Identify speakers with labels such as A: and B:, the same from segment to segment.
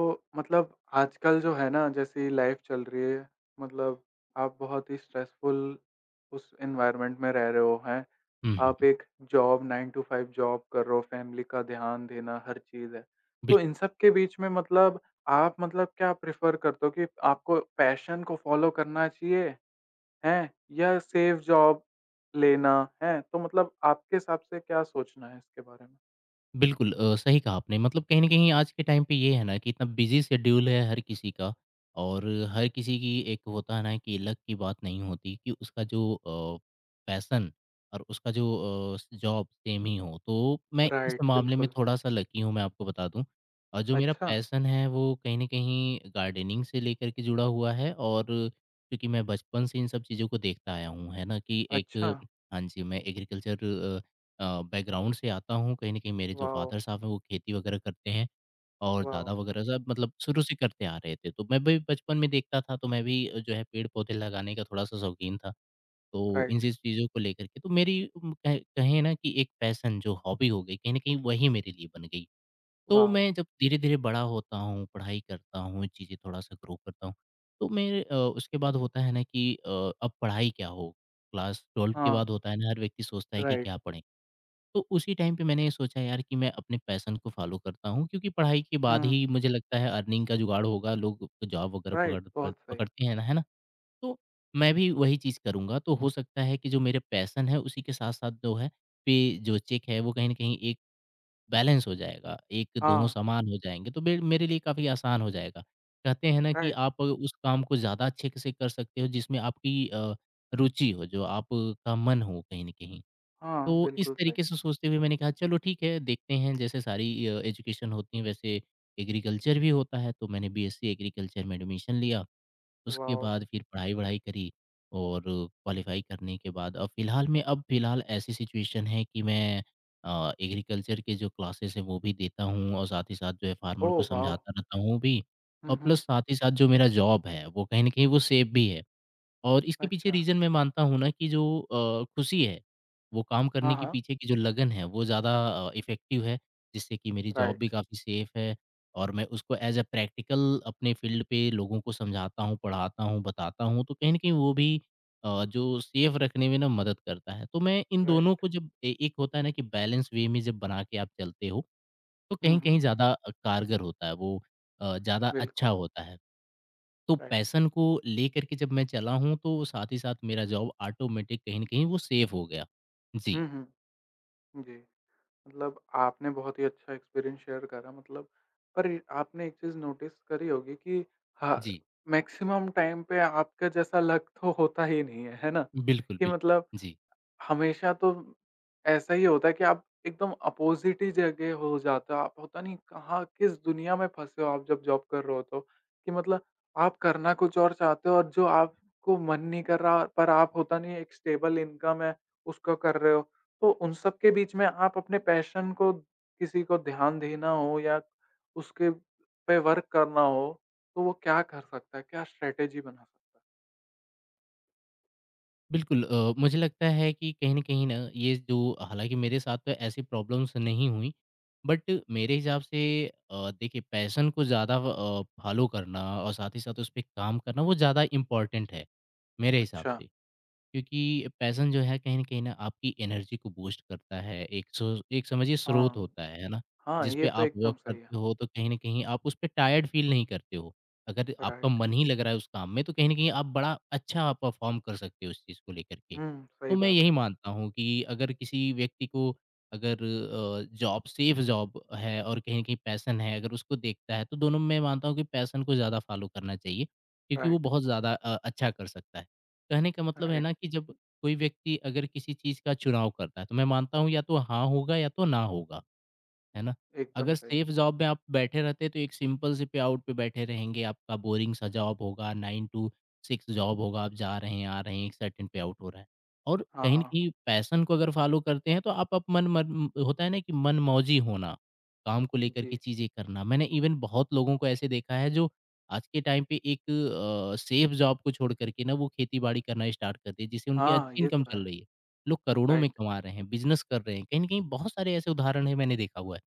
A: तो मतलब आजकल जो है ना जैसी लाइफ चल रही है मतलब आप बहुत ही स्ट्रेसफुल उस एनवायरनमेंट में रह रहे हो हैं
B: हुँ, हुँ।
A: आप एक जॉब 9 टू 5 जॉब कर रहे हो फैमिली का ध्यान देना हर चीज़ है। तो इन
B: बिल्कुल,
A: सब के बीच में मतलब आप मतलब क्या प्रेफ़र करते हो कि आपको पैशन को फ़ॉलो करना चाहिए, हैं? या सेफ जॉब लेना, हैं? तो मतलब आपके हिसाब से क्या सोचना है इसके बारे में?
B: सही कहा आपने। मतलब कहीं न कहीं आज के टाइम पे ये है ना कि इतना बिज़ी शेड्यूल है हर किसी का, और हर किसी की एक होता है ना कि लक की बात नहीं होती कि उसका जो पैशन और उसका जो अ, स जॉब सेम ही हो। तो मैं इस
A: राइट,
B: मामले में
A: बिल्कुल।
B: थोड़ा-सा लकी हूँ, मैं आपको बता दूँ। और जो मेरा
A: अच्छा,
B: पैशन है वो कहीं न कहीं गार्डनिंग से लेकर के जुड़ा हुआ है, और क्योंकि मैं बचपन से इन सब चीज़ों को देखता आया हूँ, है ना? कि
A: अच्छा।
B: एक, हाँ जी, मैं बैकग्राउंड से आता हूँ। कहीं न कहीं मेरे जो
A: वॉव!
B: फ़ादर साहब हैं वो खेती वग़ैरह करते हैं, और दादा
A: वॉव!
B: वग़ैरह सब मतलब शुरू से करते आ रहे थे। तो मैं भी बचपन में देखता था, तो मैं भी जो है पेड़-पौधे लगाने का थोड़ा-सा शौकीन था। तो इन
A: राइट,
B: चीज़ों को लेकर के तो मेरी उम, कह कहें ना कि एक पैशन जो हॉबी हो गई, कहीं न कहीं वही मेरे लिए बन गई। तो
A: वाओ!
B: मैं जब धीरे-धीरे बड़ा होता हूँ, पढ़ाई करता हूँ, चीज़ें थोड़ा-सा ग्रो करता हूँ, तो मेरे उसके बाद होता है ना कि अब पढ़ाई क्या हो? क्लास 12 के
A: हाँ,
B: बाद होता है ना, हर व्यक्ति सोचता है कि
A: राइट,
B: क्या पढ़ें? तो उसी टाइम पे मैंने ये सोचा यार कि मैं अपने पैशन को फॉलो करता हूँ, क्योंकि पढ़ाई के बाद
A: हुँ,
B: ही मुझे लगता है अर्निंग का जुगाड़ होगा। लोग जॉब वगैरह
A: राइट,
B: पकड़ पकड़-
A: बहुत सही।
B: पकड़ते हैं ना, है ना? तो मैं भी वही चीज़ करूँगा, तो हो सकता है कि जो मेरे पैशन है उसी के साथ साथ जो है पे जो चेक है वो कहीं ना कहीं एक बैलेंस हो जाएगा, एक दोनों
A: हाँ,
B: समान हो जाएंगे, तो मेरे लिए काफ़ी आसान हो जाएगा। कहते हैं ना कि
A: राइट,
B: आप उस काम को ज़्यादा अच्छे से कर सकते हो जिसमें आपकी रुचि हो, जो आपका मन हो कहीं ना कहीं। तो
A: हाँ,
B: इस
A: बिल्कुल सही।
B: तरीके से सोचते हुए मैंने कहा चलो ठीक है देखते हैं, जैसे सारी एजुकेशन होती है वैसे एग्रीकल्चर भी होता है, तो मैंने बीएससी एग्रीकल्चर में एडमिशन लिया। उसके
A: वाओ!
B: बाद फिर पढ़ाई वढ़ाई करी, और क्वालिफाई करने के बाद अब फिलहाल ऐसी सिचुएशन है कि मैं एग्रीकल्चर के जो क्लासेस हैं वो भी देता हूँ, और साथ ही साथ जो है फार्मर को
A: ओह वाओ!
B: समझाता रहता हूँ भी।
A: हुँ,
B: और
A: हुँ,
B: प्लस साथ ही साथ जो मेरा जॉब है वो कहीं ना कहीं वो सेफ भी है, और इसके पीछे
A: अच्छा,
B: रीज़न मैं मानता हूँ ना कि जो खुशी है, वो काम करने
A: हाँ,
B: के
A: हाँ,
B: पीछे की जो लगन है, वो ज़्यादा इफ़ेक्टिव है, जिससे कि मेरी जॉब भी
A: राइट,
B: काफ़ी सेफ़ है। और मैं उसको एज़ अ प्रैक्टिकल अपने फ़ील्ड पे लोगों को समझाता हूँ, पढ़ाता हूँ, बताता हूँ, तो कहीं न कहीं वो भी जो सेफ़ रखने में ना मदद करता है। तो मैं इन दोनों
A: राइट,
B: को जब ए एक होता है ना कि बैलेंस वे में जब बना के आप चलते हो, तो
A: हुँ, हुँ,
B: कहीं-कहीं ज़्यादा कारगर होता है वो, ज़्यादा अच्छा
A: बिल्कुल,
B: होता है। तो
A: राइट,
B: पैशन को लेकर के जब मैं चला हूँ, तो साथ ही साथ मेरा जॉब ऑटोमेटिक कहीं न कहीं वो सेव हो गया। जी,
A: हुँ, हुँ, जी। मतलब आपने बहुत ही अच्छा एक्सपीरियंस शेयर करा मतलब आपने एक चीज़ नोटिस करी होगी कि हाँ,
B: जी।
A: मैक्सिमम टाइम पे आपके जैसा लक तो होता ही नहीं है, है ना?
B: बिल्कुल,
A: कि
B: बिल्कुल।
A: मतलब
B: जी,
A: हमेशा तो ऐसा ही होता है कि आप एकदम अपोज़िट ही जगह हो जाते हो। आप पता नहीं कहाँ किस दुनिया में फँसे हो आप जब जॉब कर रहे हो तो, कि मतलब आप करना कुछ और चाहते हो और जो आपको मन नहीं कर रहा पर आप होता नहीं एक स्टेबल इनकम है, उसको कर रहे हो। तो उन सब के बीच में आप अपने पैशन को किसी को ध्यान देना हो या उसके पे वर्क करना हो, तो वो क्या कर सकता है? क्या स्ट्रैटेजी बना सकता
B: मुझे लगता है कि कहीं न कहीं ना, ये जो हालाँकि मेरे साथ तो ऐसी प्रॉब्लम्स नहीं हुई, बट मेरे हिसाब से देखिए पैशन को ज़्यादा फ़ॉलो करना और साथ ही साथ उस पे काम करना वो ज़्यादा इम्पोर्टेंट है, मेरे
A: है?
B: हिसाब
A: अच्छा,
B: से। क्योंकि पैशन जो है कहीं न आपकी एनर्जी को बूस्ट करता है। एक समझिए स्रोत
A: हाँ।
B: होता है ना?
A: हाँ,
B: जिस
A: ये
B: पे
A: तो
B: आप
A: एकदम
B: वर्क
A: सही है।
B: करते हो, तो कहीं न कहीं आप उस पे टायर्ड फ़ील नहीं करते हो। अगर आपका
A: राइट।
B: मन ही लग रहा है उस काम में, तो कहीं न कहीं आप बड़ा अच्छा परफ़ॉर्म कर सकते हो उस चीज़ को लेकर के।
A: हुँ,
B: तो
A: सही
B: मैं
A: बात
B: यही
A: है।
B: मानता हूँ कि अगर किसी व्यक्ति को अगर अ, जॉब सेफ जॉब है और कहीं न कहीं पैशन है, अगर उसको देखता है, तो दोनों में मानता हूँ कि पैशन को ज़्यादा फ़ॉलो करना चाहिए। क्योंकि वो
A: राइट,
B: बहुत ज़्यादा अच्छा कर सकता है। कहने का मतलब है
A: राइट,
B: ना कि जब कोई व्यक्ति अगर किसी चीज़ का चुनाव करता है, तो मैं मानता हूँ या तो हाँ होगा या तो ना होगा। है ना?
A: एकदम
B: अगर
A: सही।
B: सेफ जॉब में आप बैठे रहते, तो एक सिंपल से पे आउट पे बैठे रहेंगे, आपका बोरिंग सा जॉब होगा, 9 टू 6 जॉब होगा, आप जा रहे हैं, आ रहे हैं, एक सर्टेन पे आउट हो रहा है। और
A: हाँ,
B: कहीं न
A: हाँ,
B: कहीं पैशन को अगर फ़ॉलो करते हैं, तो आप मन मन होता है ना कि मनमौजी होना, काम को लेकर के
A: जी।
B: चीज़ें करना। मैंने इवन बहुत लोगों को ऐसे देखा है जो आज के टाइम पे एक सेफ जॉब को छोड़ कर के ना वो खेती-बाड़ी करना स्टार्ट कर दिए, जिससे उनकी
A: हाँ,
B: अच्छी
A: ये
B: इनकम
A: तो
B: चल
A: है।
B: रही है। लोग करोड़ों में
A: राइट,
B: कमा रहे हैं, बिज़नेस कर रहे हैं। कहीं न कहीं बहुत सारे ऐसे उदाहरण हैं, मैंने देखा हुआ है।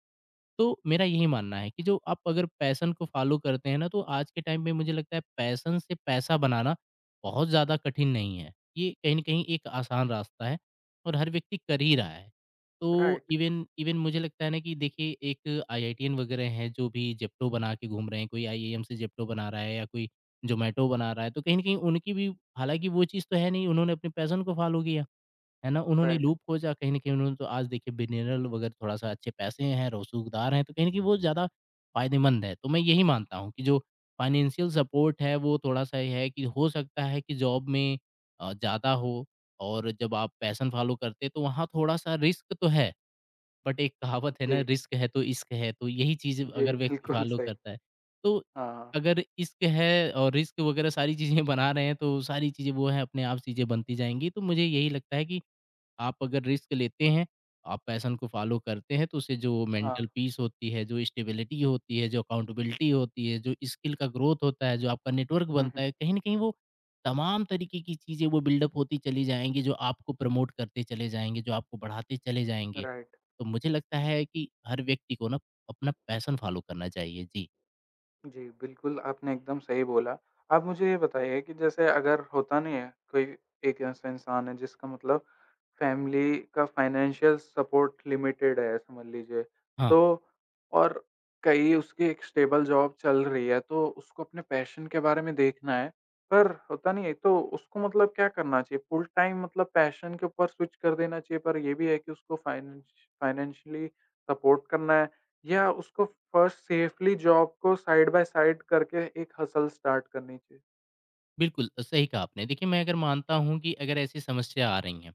B: तो मेरा यही मानना है कि जो आप अगर पैशन को फ़ॉलो करते हैं ना, तो आज के टाइम में मुझे लगता है पैशन से पैसा बनाना बहुत ज़्यादा कठिन नहीं है। ये कहीं न कहीं एक आसान रास्ता है, और हर व्यक्ति कर ही रहा है। तो
A: राइट,
B: इवन इवन मुझे लगता है ना कि देखिए एक आईआईटीयन वगैरह हैं जो भी ज़ेप्टो बना के घूम रहे हैं, कोई आईएएम से ज़ेप्टो बना रहा है या कोई ज़ोमैटो बना रहा है, तो कहीं न कहीं उनकी भी, हालाँकि वो चीज़ तो है नहीं, उन्होंने अपने पैशन को फ़ॉलो किया। है ना? उन्होंने
A: राइट।
B: लूप खोजा कहीं न कहीं उन्होंने, तो आज देखिए बिनेरल वगैरह थोड़ा-सा अच्छे पैसे हैं, रसूखदार हैं, तो कहीं न कहीं वो ज़्यादा फ़ायदेमंद है। तो मैं यही मानता हूँ कि जो फ़ाइनेंशियल सपोर्ट है वो थोड़ा-सा ये है कि हो सकता है कि जॉब में ज़्यादा हो, और जब आप पैशन फ़ॉलो करते हैं तो वहाँ थोड़ा-सा रिस्क तो है, बट एक कहावत है ना,
A: जी,
B: रिस्क है तो इश्क है, तो यही चीज़
A: जी,
B: अगर व्यक्ति
A: बिल्कुल
B: फ़ॉलो
A: सही।
B: करता है, तो
A: हाँ, हाँ,
B: अगर इश्क है और रिस्क वगैरह सारी चीज़ें बना रहे हैं तो सारी चीज़ें वो है अपने आप चीज़ें बनती जाएँगी। तो मुझे यही लगता है कि आप अगर रिस्क लेते हैं, आप पैशन को फ़ॉलो करते हैं, तो उससे जो
A: हाँ।
B: मेंटल पीस होती है, जो स्टेबिलिटी होती है, जो अकाउंटेबिलिटी होती है, जो स्किल का ग्रोथ होता है, जो आपका नेटवर्क
A: हुँ,
B: बनता
A: हुँ,
B: है, कहीं न कहीं वो तमाम तरीके की चीज़ें वो बिल्डअप होती चली जाएँगी, जो आपको प्रमोट करते चले जाएँगे, जो आपको बढ़ाते चले जाएँगे।
A: राइट।
B: तो मुझे लगता है कि हर व्यक्ति को ना अपना पैशन फ़ॉलो करना चाहिए। जी।
A: जी, बिल्कुल, आपने एकदम सही बोला। आप मुझे ये बताइए कि जैसे अगर होता नहीं है, कोई एक ऐसा इंसान है जिसका मतलब फैमिली का फाइनेंशियल सपोर्ट लिमिटेड है समझ लीजिए,
B: हाँ,
A: तो और कहीं उसकी एक स्टेबल जॉब चल रही है, तो उसको अपने पैशन के बारे में देखना है, पर होता नहीं है, तो उसको मतलब क्या करना चाहिए? फुल टाइम मतलब पैशन के ऊपर स्विच कर देना चाहिए, पर ये भी है कि उसको फाइनेंशियली सपोर्ट करना है। या उसको फर्स्ट सेफली जॉब को साइड बाय साइड करके एक हसल स्टार्ट करनी चाहिए।
B: बिल्कुल सही कहा आपने। देखिए, मैं अगर मानता हूँ कि अगर ऐसी समस्या आ रही हैं,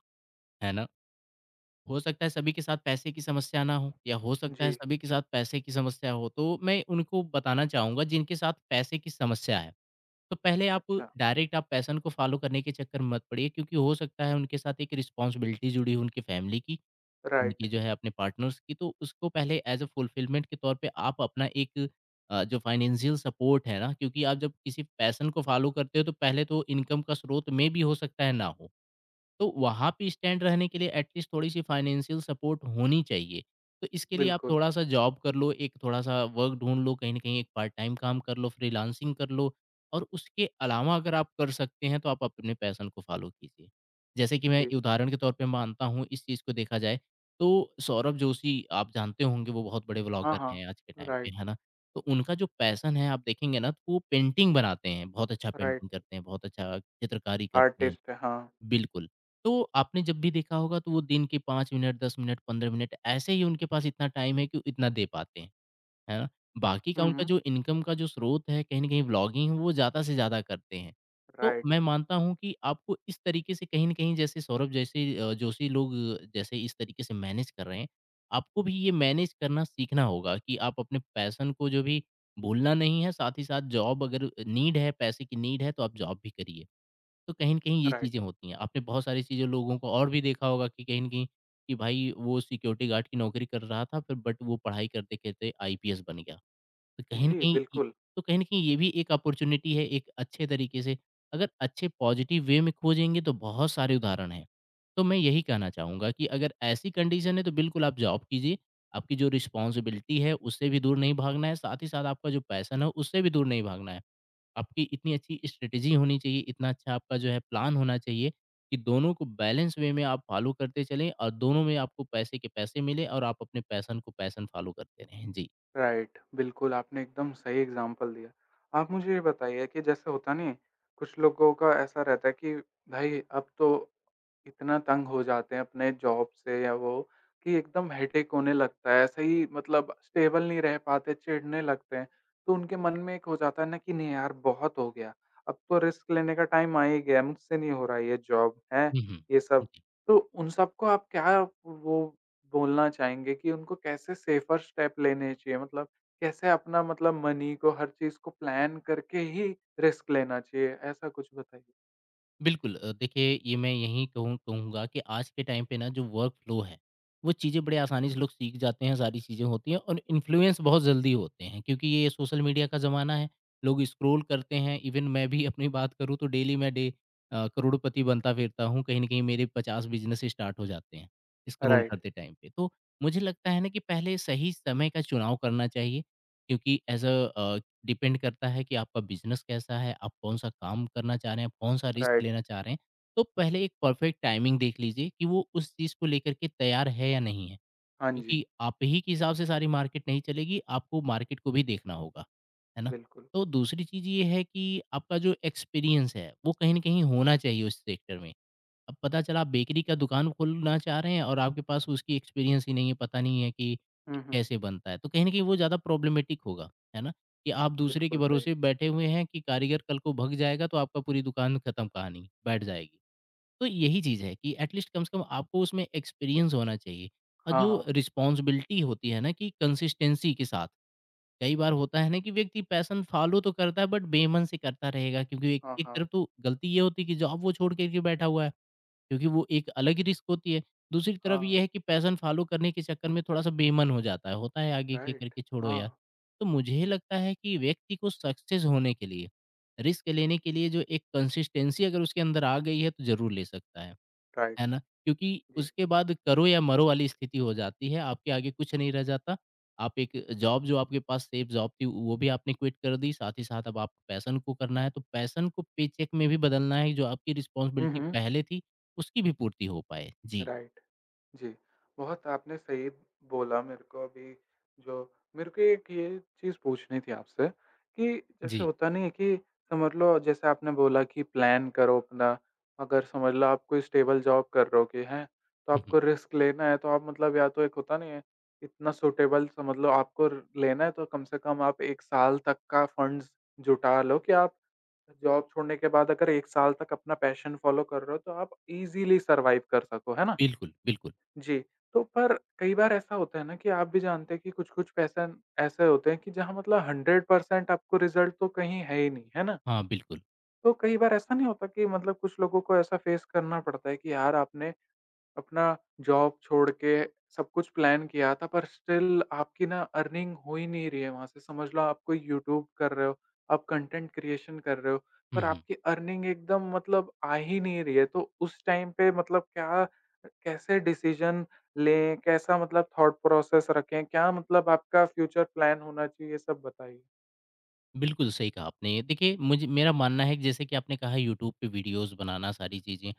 B: है ना? हो सकता है सभी के साथ पैसे की समस्या ना हो या हो सकता है
A: जी।
B: सभी के साथ पैसे की समस्या हो, तो मैं उनको बताना चाहूँगा जिनके साथ पैसे की समस्या है। तो पहले आप
A: अच्छा,
B: डायरेक्ट आप पैशन को फ़ॉलो करने के चक्कर में मत पड़िए, क्योंकि हो सकता है उनके साथ एक रिस्पॉन्सिबिलिटी जुड़ी हो उनकी फैमिली की,
A: राइट,
B: उनकी जो है अपने पार्टनर्स की, तो उसको पहले एज़ अ फुलफिलमेंट के तौर पे आप अपना एक जो फाइनेंशियल सपोर्ट है ना, क्योंकि आप जब किसी पैशन को फ़ॉलो करते हो तो पहले तो इनकम का स्रोत में भी हो सकता है ना हो। तो वहाँ पे स्टैंड रहने के लिए एटलीस्ट थोड़ी-सी फाइनेंशियल सपोर्ट होनी चाहिए। तो इसके लिए आप
A: बिल्कुल,
B: थोड़ा-सा जॉब कर लो, एक थोड़ा-सा वर्क ढूँढ लो, कहीं न कहीं एक पार्ट टाइम काम कर लो, फ्रीलांसिंग कर लो, और उसके अलावा अगर आप कर सकते हैं, तो आप अपने पैशन को फ़ॉलो कीजिए। जैसे कि मैं
A: जी।
B: उदाहरण के तौर पे मानता हूँ, इस चीज़ को देखा जाए, तो सौरभ जोशी, आप जानते होंगे, वो बहुत बड़े
A: हाँ,
B: व्लॉगर
A: हाँ,
B: हैं आज के टाइम पे,
A: राइट,
B: है ना? तो उनका जो पैशन है आप देखेंगे ना, तो वो पेंटिंग बनाते हैं, बहुत अच्छा पेंटिंग
A: राइट,
B: करते हैं, बहुत अच्छा चित्रकारी करते हैं।
A: आर्टिस्ट है, हाँ।
B: बिल्कुल। तो आपने जब भी देखा होगा तो वो दिन के 5 मिनट, 10 मिनट, 15 मिनट ऐसे ही, उनके पास इतना टाइम है कि वो इतना दे पाते हैं, है ना? बाकी का
A: हुँ,
B: उनका
A: हुँ,
B: जो इनकम का जो स्रोत है कहीं न कहीं व्लॉगिंग वो ज़्यादा से ज़्यादा करते हैं। तो
A: राइट,
B: मैं मानता हूँ कि आपको इस तरीके से कहीं न कहीं जैसे सौरभ जैसे जोशी लोग जैसे इस तरीके से मैनेज कर रहे हैं, आपको भी ये मैनेज करना सीखना होगा कि आप अपने पैशन को जो भी भूलना नहीं है, साथ ही साथ जॉब अगर नीड है, पैसे की नीड है तो आप जॉब भी करिए। तो कहीं न कहीं ये चीज़ें
A: राइट।
B: होती हैं। आपने बहुत सारी चीज़ें लोगों को और भी देखा होगा कि कहीं न कहीं कि भाई वो सिक्योरिटी गार्ड की नौकरी कर रहा था फिर बट वो पढ़ाई करते-करते आईपीएस बन गया। तो कहीं न
A: जी,
B: कहीं इ
A: बिल्कुल।
B: तो कहीं न कहीं ये भी एक अपॉर्च्युनिटी है एक अच्छे तरीके से, अगर अच्छे पॉज़िटिव वे में खोजेंगे तो बहुत सारे उदाहरण हैं। तो मैं यही कहना चाहूँगा कि अगर ऐसी कंडीशन है तो बिल्कुल आप जॉब कीजिए, आपकी जो रिस्पॉन्सिबिलिटी है उससे भी दूर नहीं भागना है, साथ ही साथ आपका जो पैशन है उससे भी दूर नहीं भागना है। आपकी इतनी अच्छी स्ट्रेटेजी होनी चाहिए, इतना अच्छा आपका जो है प्लान होना चाहिए कि दोनों को बैलेंस वे में आप फॉलो करते चलें और दोनों में आपको पैसे के पैसे मिले और आप अपने पैशन को पैशन फॉलो करते रहें। जी।
A: राइट, बिल्कुल, आपने एकदम सही एग्ज़ाम्पल दिया। आप मुझे ये बताइए कि जैसे होता नहीं है, कुछ लोगों का ऐसा रहता है कि भाई अब तो इतना तंग हो जाते हैं अपने जॉब से या वो कि एकदम हेडेक होने लगता है, ऐसे ही मतलब स्टेबल नहीं रह पाते, चिढ़ने लगते हैं। तो उनके मन में एक हो जाता है ना कि नहीं यार बहुत हो गया, अब तो रिस्क लेने का टाइम आ ही गया, मुझसे नहीं हो रहा ये जॉब, हैं?
B: हुँ,
A: ये सब।
B: हुँ।
A: तो उन सबको आप क्या वो बोलना चाहेंगे कि उनको कैसे सेफ़र स्टेप लेने चाहिए? मतलब कैसे अपना मतलब मनी को, हर चीज़ को प्लान करके ही रिस्क लेना चाहिए, ऐसा कुछ बताइए?
B: बिल्कुल। देखिए, ये मैं यही कहूँगा कि आज के टाइम पे ना जो वर्क फ्लो है, वो चीज़ें बड़े आसानी से लोग सीख जाते हैं, सारी चीज़ें होती हैं और इन्फ्लुएंस बहुत जल्दी होते हैं क्योंकि ये सोशल मीडिया का ज़माना है। लोग स्क्रोल करते हैं। इवन मैं भी अपनी बात करूँ तो डेली मैं करोड़पति बनता फिरता हूँ, कहीं ना कहीं मेरे 50 बिजनेस स्टार्ट हो जाते हैं स्क्रोल
A: राइट,
B: करते टाइम पे। तो मुझे लगता है ना कि पहले सही समय का चुनाव करना चाहिए, क्योंकि एज अ डिपेंड करता है कि आपका बिज़नेस कैसा है, आप कौन-सा काम करना चाह रहे हैं, आप कौन-सा रिस्क
A: राइट।
B: लेना चाह रहे हैं। तो पहले एक परफेक्ट टाइमिंग देख लीजिए कि वो उस चीज़ को लेकर के तैयार है या नहीं है।
A: हाँ जी,
B: क्योंकि आप ही के हिसाब से सारी मार्केट नहीं चलेगी, आपको मार्केट को भी देखना होगा, है ना?
A: बिल्कुल।
B: तो दूसरी चीज़ ये है कि आपका जो एक्सपीरियंस है, वो कहीं न कहीं होना चाहिए उस सेक्टर में। अब पता चला आप बेकरी का दुकान खोलना चाह रहे हैं और आपके पास उसकी एक्सपीरियंस ही नहीं है, पता नहीं है कि
A: हुँ, हुँ।
B: कैसे बनता है। तो कहीं न कहीं वो ज़्यादा प्रॉब्लमेटिक होगा, है ना? कि आप दूसरे के
A: बिल्कुल सही।
B: भरोसे बैठे हुए हैं कि कारीगर कल को भग जाएगा तो आपका पूरी दुकान खत्म कहानी, बैठ जाएगी। तो यही चीज़ है कि एट लीस्ट कम से कम आपको उसमें एक्सपीरियंस होना चाहिए और
A: हाँ,
B: जो
A: हाँ।
B: रिस्पॉन्सिबिलिटी होती है ना, कि कंसिस्टेंसी के साथ। कई बार होता है ना कि व्यक्ति पैशन फॉलो तो करता है बट बेमन से करता रहेगा, क्योंकि एक
A: हाँ,
B: एक
A: हाँ।
B: तरफ तो गलती ये होती है कि जॉब वो छोड़ के बैठा हुआ है। क्योंकि वो एक अलग ही रिस्क होती है। दूसरी तरफ
A: हाँ,
B: ये है कि पैशन फ़ॉलो करने के चक्कर में थोड़ा-सा बेईमान हो जाता है, होता है आगे के
A: राइट।
B: करके छोड़ो यार।
A: हाँ,
B: तो मुझे लगता है कि व्यक्ति को सक्सेस होने के लिए, रिस्क लेने के लिए, जो एक कंसिस्टेंसी अगर उसके अंदर आ गई है तो ज़रूर ले सकता है।
A: राइट।
B: है ना? क्योंकि
A: जी।
B: उसके बाद करो या मरो वाली स्थिति हो जाती है, आपके आगे कुछ नहीं रह जाता। आप एक जॉब जो आपके पास सेफ जॉब थी, वो भी आपने क्विट कर दी, साथ ही साथ अब आपको पैशन को करना है, तो पैशन को पेचेक में भी बदलना है, जो आपकी
A: हुँ,
B: रिस्पॉन्सिबिलिटी
A: हुँ,
B: पहले थी, उसकी भी पूर्ति हो पाए। जी,
A: राइट। जी, बहुत आपने सही बोला मेरे को अभी जो मेरे को एक ये चीज़ पूछनी थी आपसे कि जैसे
B: जी।
A: होता नहीं है कि समझ लो जैसे आपने बोला कि प्लान करो अपना, अगर समझ लो आप कोई स्टेबल जॉब कर रहे हो कि हैं, तो
B: हुँ, हुँ।
A: आपको रिस्क लेना है तो आप मतलब या तो एक होता नहीं है, इतना सूटेबल समझ लो आपको र लेना है तो कम से कम आप 1 साल तक का फंड्स जुटा लो कि आप जॉब छोड़ने के बाद अगर 1 साल तक अपना पैशन फ़ॉलो कर रहे हो तो आप ईज़िली सर्वाइव कर सको, है ना?
B: बिल्कुल, बिल्कुल।
A: जी, तो पर कई बार ऐसा होता है ना कि आप भी जानते हैं कि कुछ-कुछ पैसन ऐसे होते हैं कि जहाँ मतलब 100% आपको रिज़ल्ट तो कहीं है ही नहीं, है ना?
B: हाँ, बिल्कुल।
A: तो कई बार ऐसा नहीं होता कि मतलब कुछ लोगों को ऐसा फ़ेस करना पड़ता है कि यार आपने अपना जॉब छोड़ के सब कुछ प्लान किया था, पर स्टिल आपकी ना अर्निंग हो ही नहीं रही है वहाँ से। समझ लो आप कोई यूट्यूब कर रहे हो, आप कंटेंट क्रिएशन कर रहे हो,
B: हुँ,
A: पर
B: हुँ।
A: आपकी अर्निंग एकदम मतलब आ ही नहीं रही है। तो उस टाइम पे मतलब क्या कैसे डिसीज़न लें? कैसा मतलब थॉट प्रोसेस रखें? क्या मतलब आपका फ्यूचर प्लान होना चाहिए? सब बताइए।
B: बिल्कुल सही कहा आपने। देखिए, मुझे मेरा मानना है कि जैसे कि आपने कहा यूट्यूब पे वीडियोज़ बनाना सारी चीज़ें,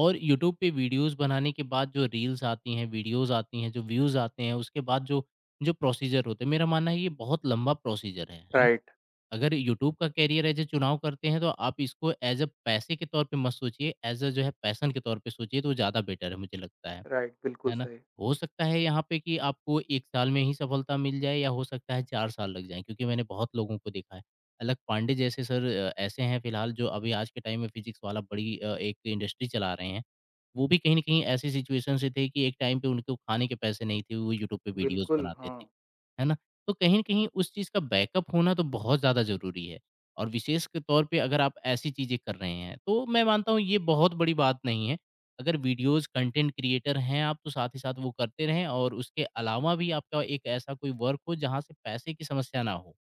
B: और यूट्यूब पे वीडियोज़ बनाने के बाद जो रील्स आती हैं, वीडियोज़ आती हैं, जो व्यूज़ आते हैं, उसके बाद जो जो प्रोसीजर होते हैं, मेरा मानना है ये बहुत लंबा प्रोसीजर है। जी।
A: राइट,
B: अगर यूट्यूब का कैरियर एज़ अ चुनाव करते हैं तो आप इसको एज़ अ पैसे के तौर पे मत सोचिए, एज़ अ जो है पैशन के तौर पे सोचिए, तो ज़्यादा बेटर है मुझे लगता है।
A: राइट, बिल्कुल
B: है ना?
A: सही।
B: हो सकता है यहाँ पे कि आपको 1 साल में ही सफलता मिल जाए या हो सकता है 4 साल लग जाएँ, क्योंकि मैंने बहुत लोगों को देखा है। अलक पांडे जैसे सर ऐसे हैं फिलहाल, जो अभी आज के टाइम में फ़िज़िक्स वाला बड़ी एक इंडस्ट्री चला रहे हैं। वो भी कहीं न कहीं ऐसी सिचुएशन से थे कि एक टाइम पे उनको खाने के पैसे नहीं थे, वो यूट्यूब पे वीडियोज़
A: बिल्कुल,
B: बनाते
A: हाँ।
B: थे, है ना? तो कहीं न कहीं उस चीज़ का बैकअप होना तो बहुत ज़्यादा ज़रूरी है, और विशेष के तौर पे अगर आप ऐसी चीज़ें कर रहे हैं, तो मैं मानता हूँ ये बहुत बड़ी बात नहीं है। अगर वीडियोज़ कंटेंट क्रिएटर हैं आप, तो साथ ही साथ वो करते रहें और उसके अलावा भी आपका एक ऐसा कोई वर्क हो जहाँ से पैसे की समस्या ना हो,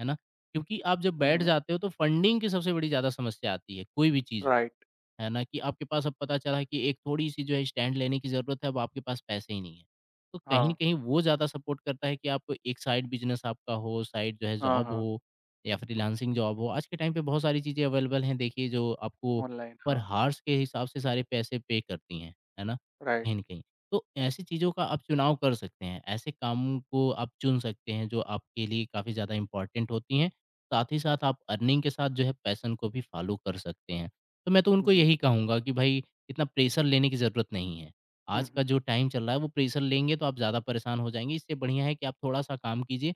B: है ना? क्योंकि आप जब
A: हुँ,
B: बैठ
A: हुँ।
B: जाते हो तो फंडिंग की सबसे बड़ी ज़्यादा समस्या आती है, कोई भी चीज़ हो।
A: राइट,
B: है ना? कि आपके पास अब पता चला कि एक थोड़ी-सी जो है स्टैंड लेने की ज़रूरत है, अब आपके पास पैसे ही नहीं है। तो कहीं न
A: हाँ।
B: कहीं वो ज़्यादा सपोर्ट करता है कि आप एक साइड बिज़नेस आपका हो, साइड जो है
A: हाँ,
B: जॉब
A: हाँ।
B: हो या फ्रीलांसिंग जॉब हो। आज के टाइम पे बहुत सारी चीज़ें अवेलेबल हैं, देखिए, जो आपको
A: ऑनलाइन,
B: पर
A: हाँ।
B: हार्स के हिसाब से सारे पैसे पे करती हैं, है ना?
A: राइट,
B: कहीं न कहीं। तो ऐसी चीज़ों का आप चुनाव कर सकते हैं, ऐसे कामों को आप चुन सकते हैं जो आपके लिए काफ़ी ज़्यादा इम्पोर्टेंट होती हैं। साथ ही साथ आप अर्निंग के साथ जो है पैशन को भी फॉलो कर सकते हैं। तो मैं तो उनको
A: जी।
B: यही कहूँगा कि भाई, इतना प्रेशर लेने की ज़रूरत नहीं है।
A: हुँ,
B: आज का
A: हुँ।
B: जो टाइम चल रहा है वो प्रेशर लेंगे तो आप ज़्यादा परेशान हो जाएँगे, इससे बढ़िया है कि आप थोड़ा-सा काम कीजिए,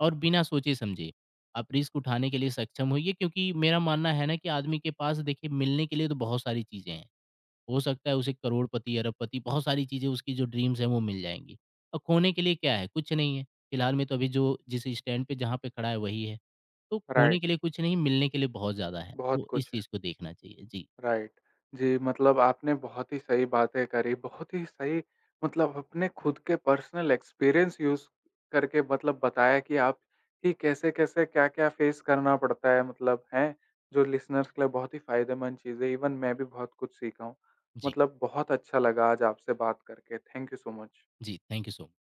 B: और बिना सोचे-समझे आप रिस्क उठाने के लिए सक्षम होइए, क्योंकि मेरा मानना है ना कि आदमी के पास देखिए मिलने के लिए तो बहुत सारी चीज़ें हैं। हो सकता है उसे करोड़पति, अरबपति बहुत सारी चीज़ें, उसकी जो ड्रीम्स हैं वो मिल जाएँगी। और खोने के लिए क्या है? कुछ नहीं है। फिलहाल में तो अभी जो जिस स्टैंड पे जहाँ पे खड़ा है वही है। तो खोने के
A: राइट,
B: लिए कुछ नहीं, मिलने के लिए बहुत ज़्यादा है।
A: बहुत
B: तो
A: कुछ
B: इस
A: है,
B: चीज़ को देखना चाहिए। जी।
A: राइट। जी, मतलब आपने बहुत ही सही बातें करी, बहुत ही सही मतलब अपने खुद के पर्सनल एक्सपीरियंस यूज़ करके मतलब बताया कि आप कि कैसे-कैसे, क्या-क्या फ़ेस करना पड़ता है मतलब, हैं? जो लिसनर्स के लिए बहुत ही फ़ायदेमंद चीज़ है, इवन मैं भी बहुत कुछ सीखा हूँ।
B: जी,
A: मतलब बहुत अच्छा लगा आज आपसे बात करके, थैंक यू सो मच।
B: जी, थैंक यू सो मच।